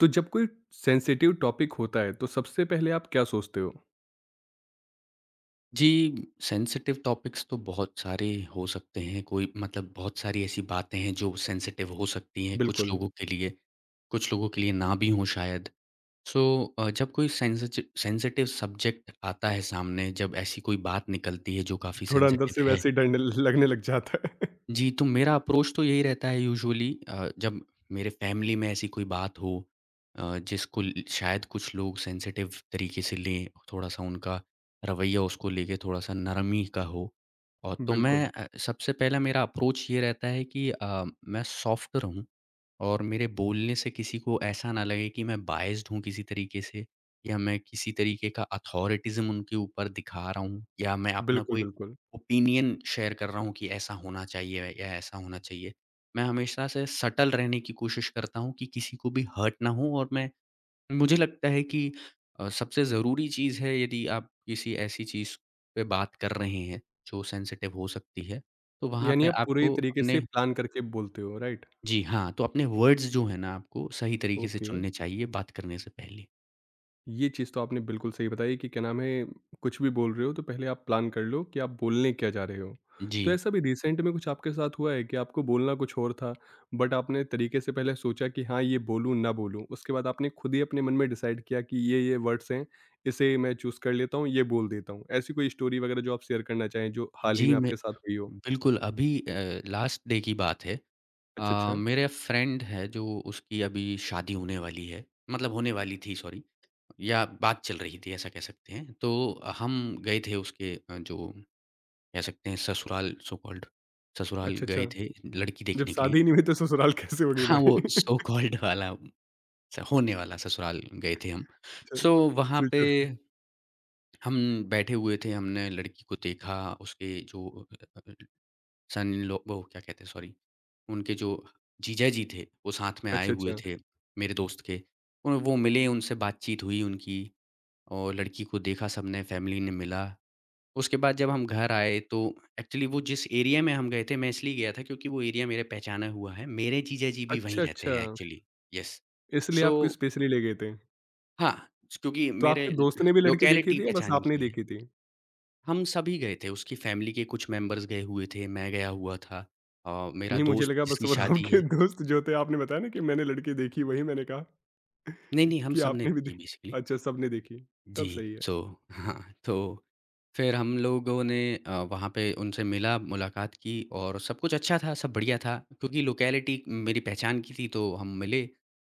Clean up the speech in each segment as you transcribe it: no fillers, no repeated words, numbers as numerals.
तो जब कोई सेंसिटिव टॉपिक होता है तो सबसे पहले आप क्या सोचते हो? जी। सेंसिटिव टॉपिक्स तो बहुत सारे हो सकते हैं, कोई मतलब बहुत सारी ऐसी बातें हैं जो सेंसिटिव हो सकती हैं कुछ बिल्कुल, लोगों के लिए, कुछ लोगों के लिए ना भी हों शायद। सो जब कोई सेंसिचि सेंसिटिव सब्जेक्ट आता है सामने, जब ऐसी कोई बात निकलती है जो काफ़ी थोड़ा अंदर सेंसिटिव से है। वैसे ही डर ल लगने लग जाता है। जी, तो मेरा अप्रोच तो यही रहता है यूजुअली। जब मेरे फैमिली में ऐसी कोई बात हो जिसको ल शायद कुछ लोग सेंसिटिव तरीके से लें, थोड़ा-सा उनका रवैया उसको लेके थोड़ा-सा नरमी का हो। और तो मैं बिल्कुल, सबसे पहला मेरा अप्रोच ये रहता है कि मैं सॉफ्ट रहूँ और मेरे बोलने से किसी को ऐसा ना लगे कि मैं बायस्ड हूँ किसी तरीके से या मैं किसी तरीके का अथॉरिटिज़्म उनके ऊपर दिखा रहा हूँ या मैं अपना बिल्कुल, कोई बिल्कुल। ओपिनियन शेयर कर रहा हूँ कि ऐसा होना चाहिए या ऐसा होना चाहिए। मैं हमेशा से सटल रहने की कोशिश करता हूँ कि किसी को भी हर्ट ना हो और मैं मुझे लगता है कि सबसे ज़रूरी चीज़ है यदि आप किसी ऐसी चीज़ पे बात कर रहे हैं जो सेंसिटिव हो सकती है, तो वहाँ यानी पे आप पूरे आपको तरीके से अपने। प्लान करके बोलते हो, राइट? जी हाँ, तो अपने वर्ड्स जो हैं ना आपको सही तरीके से ओके। चुनने चाहिए बात करने से पहले। ये चीज़ तो आपने बिल्कुल सही बताई कि क्या नाम है, कुछ भी बोल रहे हो तो पहले आप प्लान कर लो कि आप बोलने क्या जा रहे हो। जी। तो ऐसा भी रिसेंट में कुछ आपके साथ हुआ है कि आपको बोलना कुछ और था, बट आपने तरीके से पहले सोचा कि हाँ, ये बोलूँ, ना बोलूँ। उसके बाद आपने खुद ही अपने मन में डिसाइड किया कि ये वर्ड्स हैं, इसे मैं चूज़ कर लेता हूँ, ये बोल देता हूँ। ऐसी कोई स्टोरी वगैरह जो आप शेयर करना चाहें, जो हाल ही जी, में मैं आपके साथ हुई हो? बिल्कुल अभी लास्ट डे की बात है। अच्छा, अच्छा। मेरे फ्रेंड है जो उसकी अभी शादी होने वाली है, मतलब होने वाली थी सॉरी, या बात चल रही थी ऐसा कह सकते हैं। तो हम गए थे उसके जो कह सकते हैं ससुराल, सो कॉल्ड ससुराल अच्छा, अच्छा। गए थे लड़की जब देखने के शादी लिए। ही नहीं हुई तो ससुराल कैसे हो गई हाँ, वो भाई? सो कॉल्ड वाला स होने वाला ससुराल गए थे हम। अच्छा, सो वहाँ पे फ्यूचर हम बैठे हुए थे, हमने लड़की को देखा, उसके जो सन इन लॉ वो क्या कहते हैं सॉरी, उनके जो जीजा जी थे, वो साथ में आए अच्छा, हुए अच्छा। थे मेरे दोस्त के। और वो मिले, उनसे बातचीत हुई उनकी और लड़की को देखा सबने, फैमिली ने मिला। उसके बाद जब हम घर आए तो एक्चुअली वो जिस एरिया में हम गए थे, मैं इसलिए गया था क्योंकि वो एरिया मेरे पहचाना हुआ है। मेरे जीजा जी भी वहीं अच्छा, रहते अच्छा। हैं एक्चुअली। येस। इसलिए सो आपको स्पेशली ले गए थे। हाँ, क्योंकि तो मेरे आपके ल दोस्त ने भी लड़की देखी लोकेलिटी थी या बस पहचान आपने की है। देखी थी? हम सभी गए थे, उसकी फैमिली के कुछ मेंबर्स गए हुए थे, मैं गया हुआ था मेरा नहीं मुझे दोस्त लगा बस जिसकी और शादी है। आपके दोस्त जो थे आपने बताया ना कि मैंने लड़की देखी वही मैंने कहा नहीं, नहीं, हम कि सबने आपने भी देखी देखी? बेसिकली। अच्छा सबने देखी, तब जी, सही है। सो हाँ, तो फिर हम लोगों ने वहाँ पे उनसे मिला, मुलाकात की और सब कुछ अच्छा था, सब बढ़िया था क्योंकि लोकेलिटी मेरी पहचान की थी तो हम मिले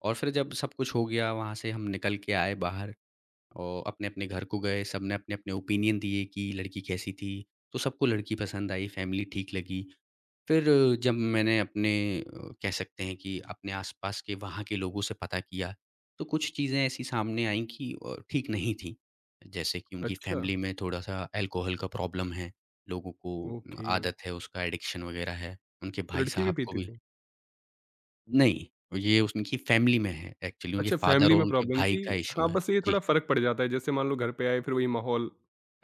और फिर जब सब कुछ हो गया वहाँ से हम निकल के आए बाहर और अपने-अपने घर को गए, सबने अपने-अपने ओपिनियन दिए कि लड़की कैसी थी, तो सबको लड़की पसंद आई, फैमिली ठीक लगी। फिर जब मैंने अपने अ, कह सकते हैं कि अपने आसपास के वहाँ के लोगों से पता किया, तो कुछ चीज़ें ऐसी सामने आईं कि ठीक नहीं थीं। जैसे कि उनकी अच्छा, फ़ैमिली में थोड़ा-सा अल्कोहल का प्रॉब्लम है, लोगों को ओके। आदत है, उसका एडिक्शन वग़ैरह है। उनके तो भाई लड़की भी साहब को पीती भी थी? नहीं, ये उनकी फ़ैमिली में है एक्चुअली, उनके अच्छा फ़ादर फैमिली और में उनके प्रॉब्लम भाई थी। का इश्यू हाँ, है। बस ये जी। थोड़ा फ़र्क पड़ जाता है जैसे मान लो घर पे आए फिर वही माहौल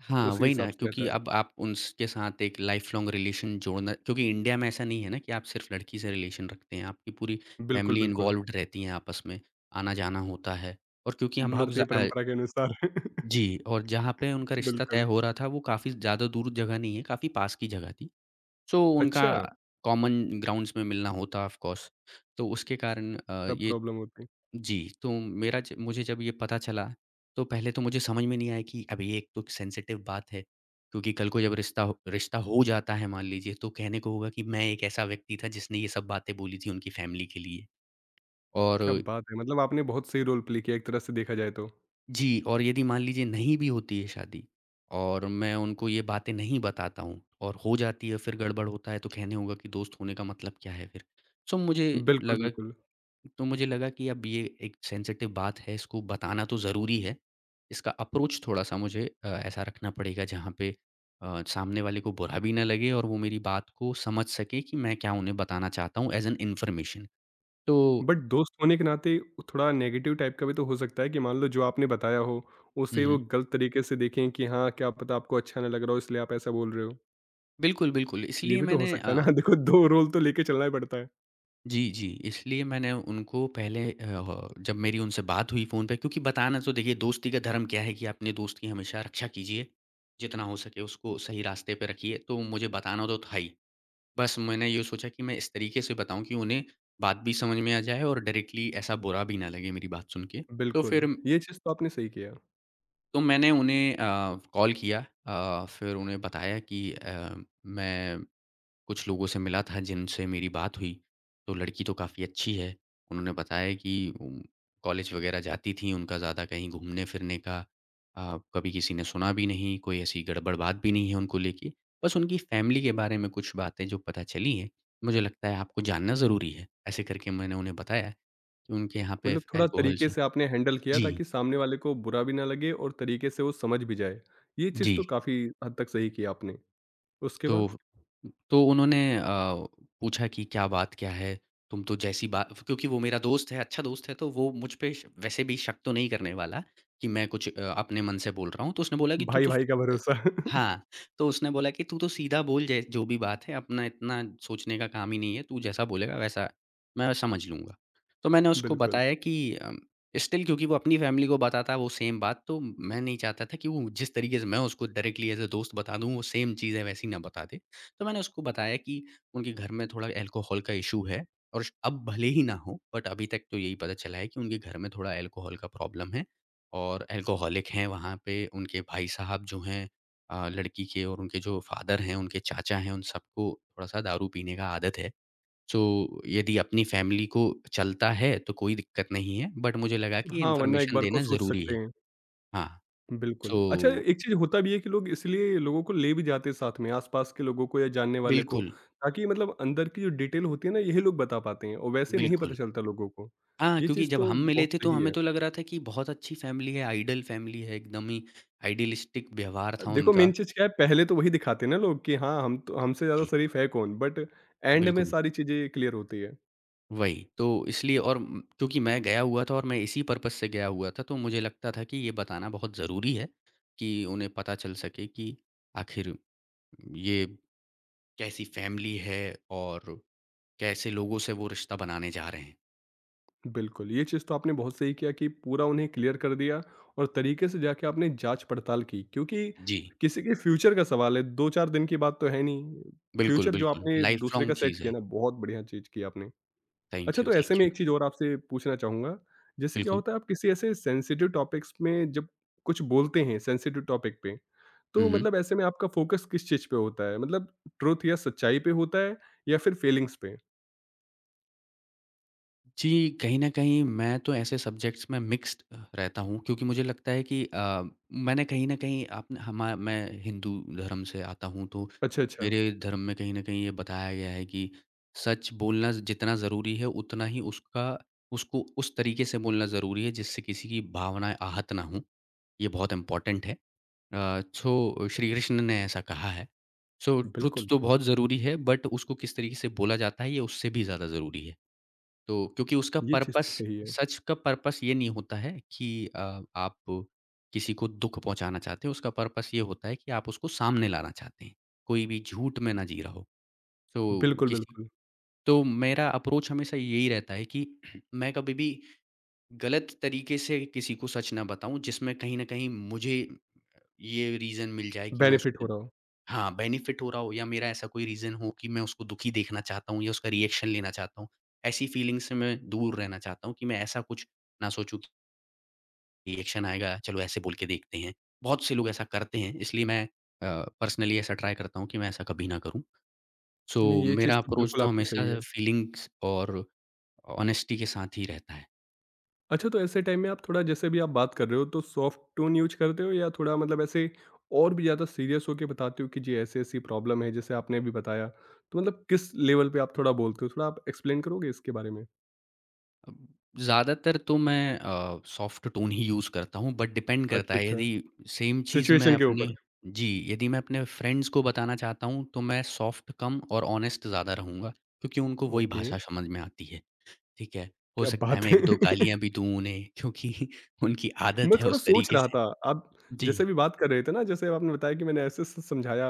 हाँ, उसी वही ना हिसाब से रहता क्योंकि है। अब आप उनके साथ एक लाइफ़ लॉन्ग रिलेशन जोड़ना क्योंकि इंडिया में ऐसा नहीं है ना कि आप सिर्फ़ लड़की से रिलेशन रखते हैं, आपकी पूरी बिल्कुल, फैमिली बिल्कुल। इन्वॉल्व्ड रहती है आपस में, आना-जाना होता है। और क्योंकि हम लोग भारतीय परंपरा के अनुसार। जी और जहाँ पे उनका रिश्ता तय बिल्कुल। हो रहा था वो काफ़ी ज़्यादा दूर जगह नहीं है, काफ़ी पास की जगह थी। सो अच्छा, उनका कॉमन ग्राउंड्स में मिलना होता ऑफ़ कोर्स, तो उसके कारण तब ये। प्रॉब्लम होती। जी, तो मेरा ज मुझे जब ये पता चला, तो पहले तो मुझे समझ में नहीं आया कि अब ये एक तो सेंसिटिव बात है, क्योंकि कल को जब रिश्ता हो जाता है मान लीजिए, तो कहने को होगा कि मैं एक ऐसा व्यक्ति था जिसने ये सब बातें बोली थी उनकी फैमिली के लिए। और क्या बात है! मतलब आपने बहुत सही रोल प्ले किया एक तरह से देखा जाए तो। जी, और यदि मान लीजिए नहीं भी होती है शादी और मैं उनको ये बातें नहीं बताता हूँ और हो जाती है फिर गड़बड़ होता है, तो कहने होगा कि दोस्त होने का मतलब क्या है फिर? सो मुझे बिल्कुल, लगा बिल्कुल। तो मुझे लगा कि अब ये एक सेंसिटिव बात है, इसको बताना तो ज़रूरी है। इसका अप्रोच थोड़ा-सा मुझे ऐसा रखना पड़ेगा जहाँ पे सामने वाले को बुरा भी ना लगे और वो मेरी बात को समझ सके कि मैं क्या उन्हें बताना चाहता हूँ एज़ एन इन्फॉर्मेशन। तो बट दोस्त होने के नाते थोड़ा नेगेटिव टाइप का भी तो हो सकता है कि मान लो जो आपने बताया हो, हुँ, उसे वो हुँ। गलत तरीके से देखें कि हाँ, क्या पता आपको अच्छा ना लग रहा हो इसलिए आप ऐसा बोल रहे हो। बिल्कुल, बिल्कुल। ये भी तो हो सकता है ना, देखो 2 रोल तो लेके चलना ही पड़ता है। जी, जी। इसलिए मैंने उनको पहले अ, ह जब मेरी उनसे बात हुई फ़ोन पे, क्योंकि बताना तो, देखिए दोस्ती का धर्म क्या है कि अपने दोस्त की हमेशा रक्षा कीजिए, जितना हो सके उसको सही रास्ते पे रखिए, तो मुझे बताना तो था ही। बस मैंने ये सोचा कि मैं इस तरीके से बताऊँ कि उन्हें बात भी समझ में आ जाए और डायरेक्टली ऐसा बुरा भी ना लगे मेरी बात सुन के। तो फिर बिल्कुल, ये चीज़ तो आपने सही किया। तो मैंने उन्हें कॉल किया, फिर उन्हें बताया कि मैं कुछ लोगों से मिला था जिनसे मेरी बात हुई, तो लड़की तो काफ़ी अच्छी है। उन्होंने बताया कि उम, कॉलेज वग़ैरह जाती थी, उनका ज़्यादा कहीं घूमने-फिरने का कभी किसी ने सुना भी नहीं, कोई ऐसी गड़बड़ बात भी नहीं है उनको लेके। बस उनकी फ़ैमिली के बारे में कुछ बातें जो पता चली हैं, मुझे लगता है आपको जानना ज़रूरी है। ऐसे करके मैंने उन्हें बताया कि उनके यहाँ पे मतलब थोड़ा अल्कोहल तरीके से, से आपने हैंडल किया जी, ताकि सामने वाले को बुरा भी ना लगे और तरीके से वो समझ भी जाए। ये चीज़ जी। तो काफ़ी हद तक सही किया आपने। उसके तो बाद तो उन्होंने पूछा कि क्या है? तुम तो जैसी बा क्योंकि वो मेरा दोस्त है, अच्छा दोस्त है, तो वो मुझ पे श वैसे भी शक तो नहीं करने वाला कि मैं कुछ अपने मन से बोल रहा हूँ। तो उसने बोला कि तू तो भाई-भाई का अ, भरोसा। हाँ, तो उसने बोला कि तू तो सीधा बोल जै जो भी बात है, अपना इतना सोचने का काम ही नहीं है, तू जैसा बोलेगा वैसा मैं समझ लूँगा। तो मैंने उसको बिल्कुल। बताया कि अ स्टिल, क्योंकि वो अपनी फैमिली को बताता वो सेम बात, तो मैं नहीं चाहता था कि वो जिस तरीके से मैं उसको डायरेक्टली एज़ अ दोस्त बता दूँ, वो सेम चीज़ें वैसी ना बता दे। तो मैंने उसको बताया कि उनके घर में थोड़ा अल्कोहल का इश्यू है और श अब भले ही ना हो, बट अभी तक तो यही पता चला है कि उनके घर में थोड़ा अल्कोहल का प्रॉब्लम है और अल्कोहलिक हैं वहाँ पे उनके भाई साहब जो हैं लड़की के, और उनके जो फादर हैं, उनके चाचा हैं, उन सबको थोड़ा-सा दारू पीने का आदत है। सो यदि अपनी फैमिली को चलता है तो कोई दिक्कत नहीं है, बट मुझे लगा कि ये हाँ, वरना एक इन्फॉर्मेशन बार को देना सोच ज़रूरी सकते है। हैं। हाँ, सो बिल्कुल। अच्छा एक चीज़ होता भी है कि लोग इसलिए लोगों को ले भी जाते हैं साथ में, आस-पास के लोगों को या जानने वाले को, बिल्कुल, ताकि मतलब अंदर की जो डिटेल होती है ना यही लोग बता पाते हैं और वैसे नहीं बिल्कुल। पता चलता लोगों को। हाँ, ये क्योंकि चीज़ जब तो हम मिले बहुत थे तो सही हमें है। तो लग रहा था कि बहुत अच्छी फैमिली है, आइडल फैमिली है, एकदम ही आइडियलिस्टिक व्यवहार था देखो उनका। मेन चीज़ क्या है पहले तो वही दिखाते हैं ना लोग कि हाँ, हम तो हमसे ज़्यादा जी, शरीफ है कौन? बट एंड में बिल्कुल, सारी चीज़ें क्लियर होती है। वही। तो इसलिए और क्योंकि मैं गया हुआ था और मैं इसी पर्पज़ से गया हुआ था, तो मुझे लगता था कि ये बताना बहुत ज़रूरी है कि उन्हें पता चल सके कि आखिर ये कैसी फैमिली है और कैसे लोगों से वो रिश्ता बनाने जा रहे हैं। बिल्कुल, ये चीज़ तो आपने बहुत सही किया कि पूरा उन्हें क्लियर कर दिया और तरीके से जाके आपने जाँच-पड़ताल की क्योंकि जी, किसी के फ्यूचर का सवाल है, 2-4 दिन की बात तो है नहीं। बिल्कुल, फ्यूचर जो बिल्कुल, आपने लाइफ़ दूसरे का लॉन्ग सेट चीज़ है। किया ना, बहुत बढ़िया चीज़ की आपने। थैंक अच्छा यू, तो ऐसे थैंक में एक यू। चीज़ और आपसे पूछना चाहूँगा, जैसे क्या बिल्कुल। होता है आप किसी ऐसे सेंसिटिव टॉपिक्स में जब कुछ बोलते हैं सेंसिटिव टॉपिक पे, हुँ, तो हुँ। मतलब ऐसे में आपका फ़ोकस किस चीज़ पे होता है? मतलब ट्रुथ या सच्चाई पे होता है या फिर फीलिंग्स पे? जी, कहीं न कहीं मैं तो ऐसे सब्जेक्ट्स में मिक्स्ड रहता हूँ, क्योंकि मुझे लगता है कि मैंने कहीं न कहीं आपने हमा मैं हिंदू धर्म से आता हूँ, तो अच्छा, अच्छा। मेरे धर्म में कहीं न कहीं ये बताया गया है कि सच बोलना जितना ज़रूरी है, उतना ही उसका उसको उस तरीके से बोलना ज़रूरी है जिससे किसी की भावनाएँ आहत ना हों। ये बहुत इम्पोर्टेंट है। सो श्री कृष्ण ने ऐसा कहा है। सो ट्रुथ बिल्कुल, तो बहुत ज़रूरी है बट उसको किस तरीके से बोला जाता है ये उससे भी ज़्यादा ज़रूरी है। तो क्योंकि उसका ये चीज़ तो पर्पस सही है। सच का पर्पस ये नहीं होता है कि आप किसी को दुःख पहुँचाना चाहते हो, उसका पर्पस ये होता है कि आप उसको सामने लाना चाहते हैं। कोई भी झूठ में ना जी रहा हो। तो बिल्कुल, किसी बिल्कुल। तो मेरा अप्रोच हमेशा यही रहता है कि मैं कभी भी गलत तरीके से किसी को सच ना बताऊँ जिसमें कहीं न कहीं मुझे ये रीज़न मिल जाए कि मैं बेनिफिट उसको, हो रहा हो। हाँ, बेनिफिट हो रहा हो, या मेरा ऐसा कोई रीज़न हो कि मैं उसको दुखी देखना चाहता हूँ या उसका रिएक्शन लेना चाहता हूँ। ऐसी फीलिंग से मैं दूर रहना चाहता हूँ कि मैं ऐसा कुछ ना सोचूँ कि रिएक्शन आएगा, चलो ऐसे बोल के देखते हैं। बहुत से लोग ऐसा करते हैं, इसलिए मैं अ, पर्सनली ऐसा ट्राई करता हूँ कि मैं ऐसा कभी ना करूँ। सो नहीं, ये मेरा चीज़ तो अप्रोच बिल्कुल तो आपकी सही हमेशा है। फीलिंग्स और ऑनेस्टी के साथ ही रहता है। अच्छा तो ऐसे टाइम में आप थोड़ा जैसे भी आप बात कर रहे हो तो सॉफ्ट टोन यूज़ करते हो या थोड़ा मतलब ऐसे और भी ज़्यादा सीरियस होके बताते हो कि जी ऐसी-ऐसी प्रॉब्लम है जैसे आपने अभी बताया। तो मतलब किस लेवल पे आप थोड़ा बोलते हो? थोड़ा आप एक्सप्लेन करोगे इसके बारे में? अब ज़्यादातर तो मैं सॉफ्ट टोन ही यूज़ करता हूँ, बट डिपेंड करता अच्छा, है अच्छा। यदि सेम चीज़ मैं सिचुएशन के अपने ऊपर। जी, यदि मैं अपने फ्रेंड्स को बताना चाहता हूँ, तो मैं सॉफ्ट कम और ऑनेस्ट ज़्यादा रहूँगा, क्योंकि उनको वही ओके, भाषा समझ में आती है, ठीक है? हो क्या सकता है बात मैं है! 1-2 गालियाँ भी दूँ उन्हें क्योंकि उनकी आदत मैं है थोड़ा उस सोच तरीके रहा से। था, आप जैसे जी, भी बात कर रहे थे ना, जैसे आपने बताया कि मैंने ऐसे से समझाया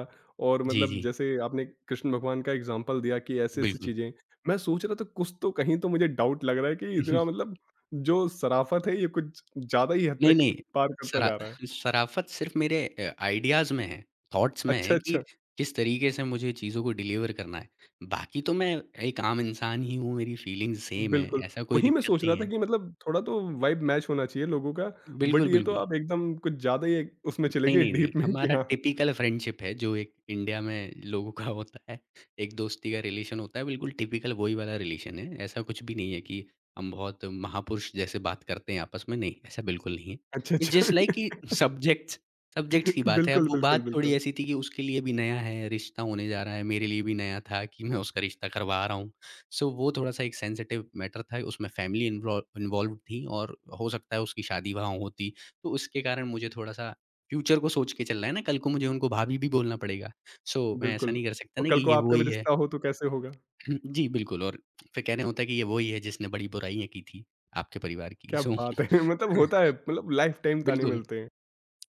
और जी, मतलब जी, जैसे आपने कृष्ण भगवान का एग्ज़ाम्पल दिया कि ऐसी-ऐसी बिल्कुल। चीज़ें, मैं सोच रहा था कुछ तो कहीं तो मुझे डाउट लग रहा है कि इतना मतलब जो शराफ़त है ये कुछ ज़्यादा ही हद नहीं, तक नहीं, पार करता शरा जा रहा है। शराफ़त सिर्फ़ मेरे आइडियाज़ में है, थॉट्स में है अच्छा, कि अच्छा। किस तरीके से मुझे चीज़ों को डिलीवर करना है। बाकी तो मैं एक आम इंसान ही हूँ, मेरी फीलिंग्स सेम है, बिल्कुल, ऐसा कोई वही मैं दिक्कत सोच नहीं रहा था है। कि मतलब थोड़ा तो वाइब मैच होना चाहिए लोगों का, बट बिल्कुल, ये तो बिल्कुल। आप एकदम कुछ ज़्यादा ही उसमें चले नहीं, गए नहीं, नहीं। डीप में कि हमारा हाँ टिपिकल फ्रेंडशिप है जो एक इंडिया में लोगों का होता है। एक दोस्ती का रिलेशन होता है, बिल्कुल टिपिकल वही वाला रिलेशन है। ऐसा कुछ भी नहीं है कि हम बहुत महापुरुष जैसे बात करते हैं आपस में, नहीं, ऐसा बिल्कुल नहीं है। अच्छा, इट्स जस्ट लाइक कि अच्छा। सब्जेक्ट्स सब्जेक्ट्स की बात है। अब बिल्कुल, वो बिल्कुल, बात थोड़ी बिल्कुल। ऐसी थी कि उसके लिए भी नया है, रिश्ता होने जा रहा है, मेरे लिए भी नया था कि मैं उसका रिश्ता करवा रहा हूँ। सो वो थोड़ा-सा एक सेंसिटिव मैटर था, उसमें फैमिली इन्वॉल्व्ड थी और हो सकता है उसकी शादी वहाँ होती, तो उसके कारण मुझे थोड़ा-सा फ्यूचर को सोच के चलना है ना, कल को मुझे उनको भाभी भी बोलना पड़ेगा। सो मैं ऐसा बिल्कुल, नहीं कर सकता और ना कि कल को ये वो आपका भी ही है। रिश्ता हो तो कैसे होगा? जी, बिल्कुल और फिर कहना होता है कि ये वो ही है जिसने बड़ी बुराइयाँ की थी आपके परिवार की। क्या सो बात है! मतलब होता है, मतलब लाइफ टाइम ताने बिल्कुल। मिलते हैं।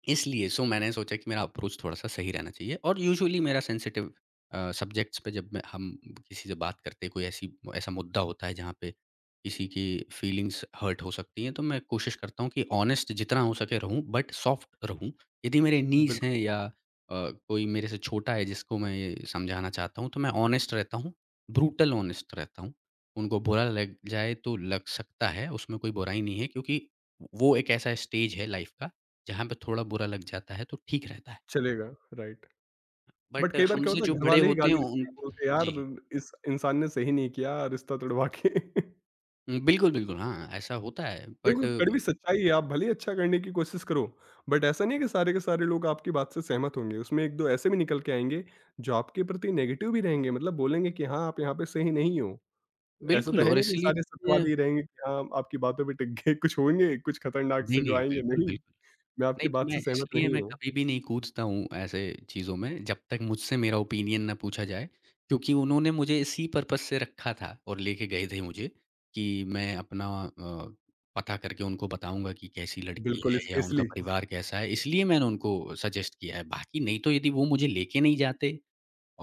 इसलिए सो मैंने सोचा कि मेरा अप्रोच थोड़ा-सा सही रहना चाहिए और यूजुअली मेरा सेंसिटिव सब्जेक्ट्स पे जब मैं हम किसी से बात करते हैं, कोई ऐसी ऐसा मुद्दा होता है जहाँ पे किसी की फीलिंग्स हर्ट हो सकती हैं, तो मैं कोशिश करता हूँ कि ऑनेस्ट जितना हो सके रहूँ बट सॉफ्ट रहूँ। यदि मेरे नीस हैं बिल्कुल, या कोई मेरे से छोटा है जिसको मैं ये समझाना चाहता हूँ, तो मैं ऑनेस्ट रहता हूँ, ब्रूटल ऑनेस्ट रहता हूँ। उनको बुरा लग जाए तो लग सकता है, उसमें कोई बुराई नहीं है क्योंकि वो एक ऐसा स्टेज है लाइफ़ का जहाँ पे थोड़ा बुरा लग जाता है तो ठीक रहता है। चलेगा, राइट। बट बट कई हमसे बार क्या बिल्कुल। होता जो है बड़े घरवाले ही होते हैं गाली देते उन हैं, बोलते हैं यार जी। इस इंसान ने सही नहीं किया रिश्ता तुड़वा के। बिल्कुल, बिल्कुल हाँ, ऐसा होता है बट देखो कड़वी सच्चाई है, आप भले ही अच्छा करने की कोशिश करो, बट ऐसा नहीं है कि सारे के सारे लोग आपकी बात से सहमत होंगे। उसमें 1-2 ऐसे भी निकल के आएँगे, जो आपके प्रति नेगेटिव भी रहेंगे, मतलब बोलेंगे कि हाँ, आप यहाँ पे सही नहीं हो। ऐसा तो बिल्कुल है और नहीं कि इसलिए सारे सत्यवादी ही रहेंगे कि हाँ, आपकी बातों पे टिक गए, कुछ होंगे, कुछ खतरनाक नहीं, से जो नहीं, आएँगे, बिल्कुल, नहीं, बिल्कुल। मैं आपकी नहीं, तो बात मैं से सहमत इसलिए नहीं मैं हूँ। कभी भी नहीं कूदता हूँ ऐसे चीज़ों में, जब तक मुझसे मेरा ओपिनियन ना पूछा जाए, क्योंकि उन्होंने मुझे इसी पर्पज़ से रखा था और लेके गए थे मुझे कि मैं अपना अ, पता करके उनको बताऊँगा कि कैसी लड़की बिल्कुल, है या उनका स्पेशली परिवार कैसा है, इसलिए मैंने उनको सजेस्ट किया है। बाकी नहीं तो यदि वो मुझे लेके नहीं जाते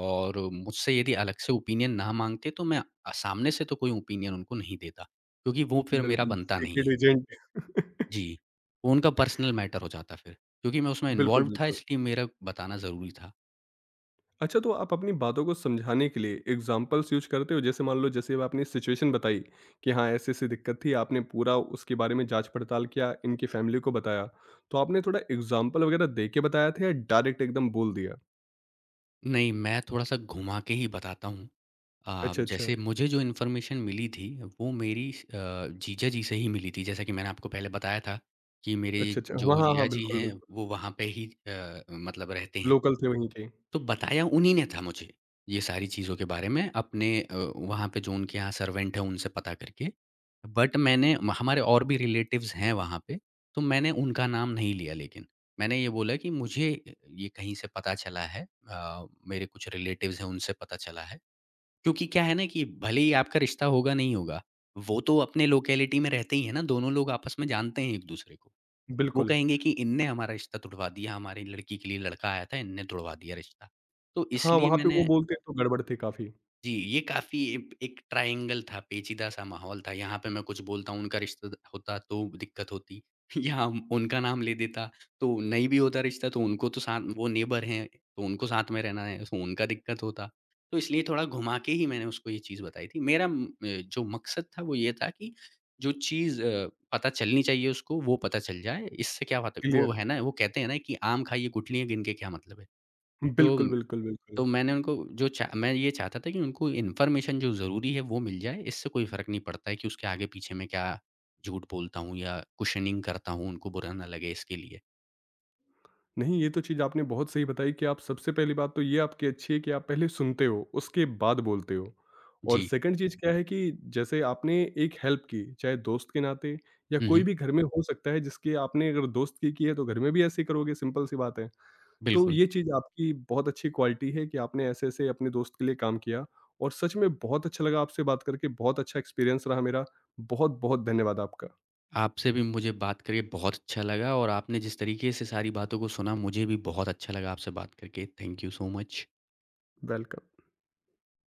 और मुझसे यदि अलग से ओपिनियन ना माँगते, तो मैं सामने से तो कोई ओपिनियन उनको नहीं देता, क्योंकि वो फिर मेरा बिल्कुल, बनता नहीं है। Secret agent. जी, उनका पर्सनल मैटर हो जाता फिर, क्योंकि मैं उसमें बिल्कुल, इन्वॉल्व था बिल्कुल। इसलिए मेरा बताना ज़रूरी था। अच्छा तो आप अपनी बातों को समझाने के लिए एग्ज़ाम्पल्स यूज़ करते हो? जैसे मान लो जैसे अब आपने सिचुएशन बताई कि हाँ, ऐसी-ऐसी दिक्कत थी, आपने पूरा उसके बारे में जाँच-पड़ताल किया, इनकी फैमिली को बताया। तो आपने थोड़ा एग्ज़ाम्पल वगैरह दे के बताया था या डायरेक्ट एकदम बोल दिया? नहीं, मैं थोड़ा-सा घुमा के ही बताता हूँ। अच्छा, अच्छा। जैसे मुझे जो इन्फॉर्मेशन मिली थी वो मेरी जीजा जी से ही मिली थी। जैसा कि मैंने आपको पहले बताया था कि मेरे अच्छा, अच्छा। हाँ, जो हाँ, जीजा हाँ, जी बिल्कुल, हैं बिल्कुल। वो वहाँ पे ही मतलब रहते हैं। लोकल थे वहीं के। तो बताया उन्हीं ने था मुझे, ये सारी चीज़ों के बारे में अपने वहाँ पे जो उनके यहाँ सर्वेंट हैं उनसे पता करके। बट मैंने हमारे और भी रिलेटिव्स हैं वहाँ पे, तो मैंने उनका नाम नहीं लिया लेकिन। मैंने ये बोला कि मुझे ये कहीं से पता चला है मेरे कुछ रिलेटिव्स हैं उनसे पता चला है। क्योंकि क्या है ना कि भले ही आपका रिश्ता होगा नहीं होगा, वो तो अपने लोकेलिटी में रहते ही हैं ना, दोनों लोग आपस में जानते हैं एक-दूसरे को। वो बिल्कुल। कहेंगे कि इनने हमारा रिश्ता तुड़वा दिया, हमारी लड़की के लिए लड़का आया था, इनने तुड़वा दिया रिश्ता। तो हाँ, इसलिए वहाँ पे वो मैंने बोलते हैं तो गड़बड़ थी काफ़ी, जी, ये काफ़ी एक एक ट्रायंगल था, पेचीदा-सा माहौल था। यहाँ पे मैं कुछ बोलता हूँ, उनका रिश्ता द होता तो दिक्कत होती। उनका नाम ले देता, तो नहीं भी होता रिश्ता, तो उनको तो साथ वो नेबर हैं, तो उनको साथ में रहना है, तो उनका दिक्कत होता। तो इसलिए थोड़ा घुमा के ही मैंने उसको ये चीज़ बताई थी। मेरा जो मकसद था, वो ये था कि जो चीज़ पता चलनी चाहिए उसको, वो पता चल जाए। इससे क्या बात है वो क्लियर। है ना, वो कहते हैं ना कि आम खाइए, गुठलियाँ गिन के क्या मतलब है? तो बिल्कुल, बिल्कुल, तो बिल्कुल। मैंने उनको जो चा मैं ये चाहता था कि उनको इन्फॉर्मेशन जो ज़रूरी है वो मिल जाए, इससे कोई फ़र्क नहीं पड़ता है कि उसके आगे-पीछे मैं क्या झूठ बोलता हूँ या कुशनिंग करता हूँ, उनको बुरा ना लगे इसके लिए। नहीं, ये तो चीज़ आपने बहुत सही बताई कि आप सबसे पहली बात तो ये आपकी अच्छी है कि आप पहले सुनते हो, उसके बाद बोलते हो। और जी। सेकंड चीज़ क्या है कि जैसे आपने एक हेल्प की, चाहे दोस्त के नाते या हुँ, हुँ, कोई भी घर में हो सकता है जिसकी आपने अगर दोस्त की है तो घर में भी ऐसे ही करोगे, सिंपल सी बात है। तो बिल्कुल। ये चीज़ आपकी बहुत अच्छी क्वालिटी है कि आपने ऐसे-ऐसे अपने दोस्त के लिए काम किया और सच में बहुत अच्छा लगा आपसे बात करके, बहुत अच्छा एक्सपीरियंस रहा मेरा। बहुत-बहुत धन्यवाद आपका। आपसे भी मुझे बात करके बहुत अच्छा लगा और आपने जिस तरीके से सारी बातों को सुना, मुझे भी बहुत अच्छा लगा आपसे बात करके। Thank you so much. Welcome.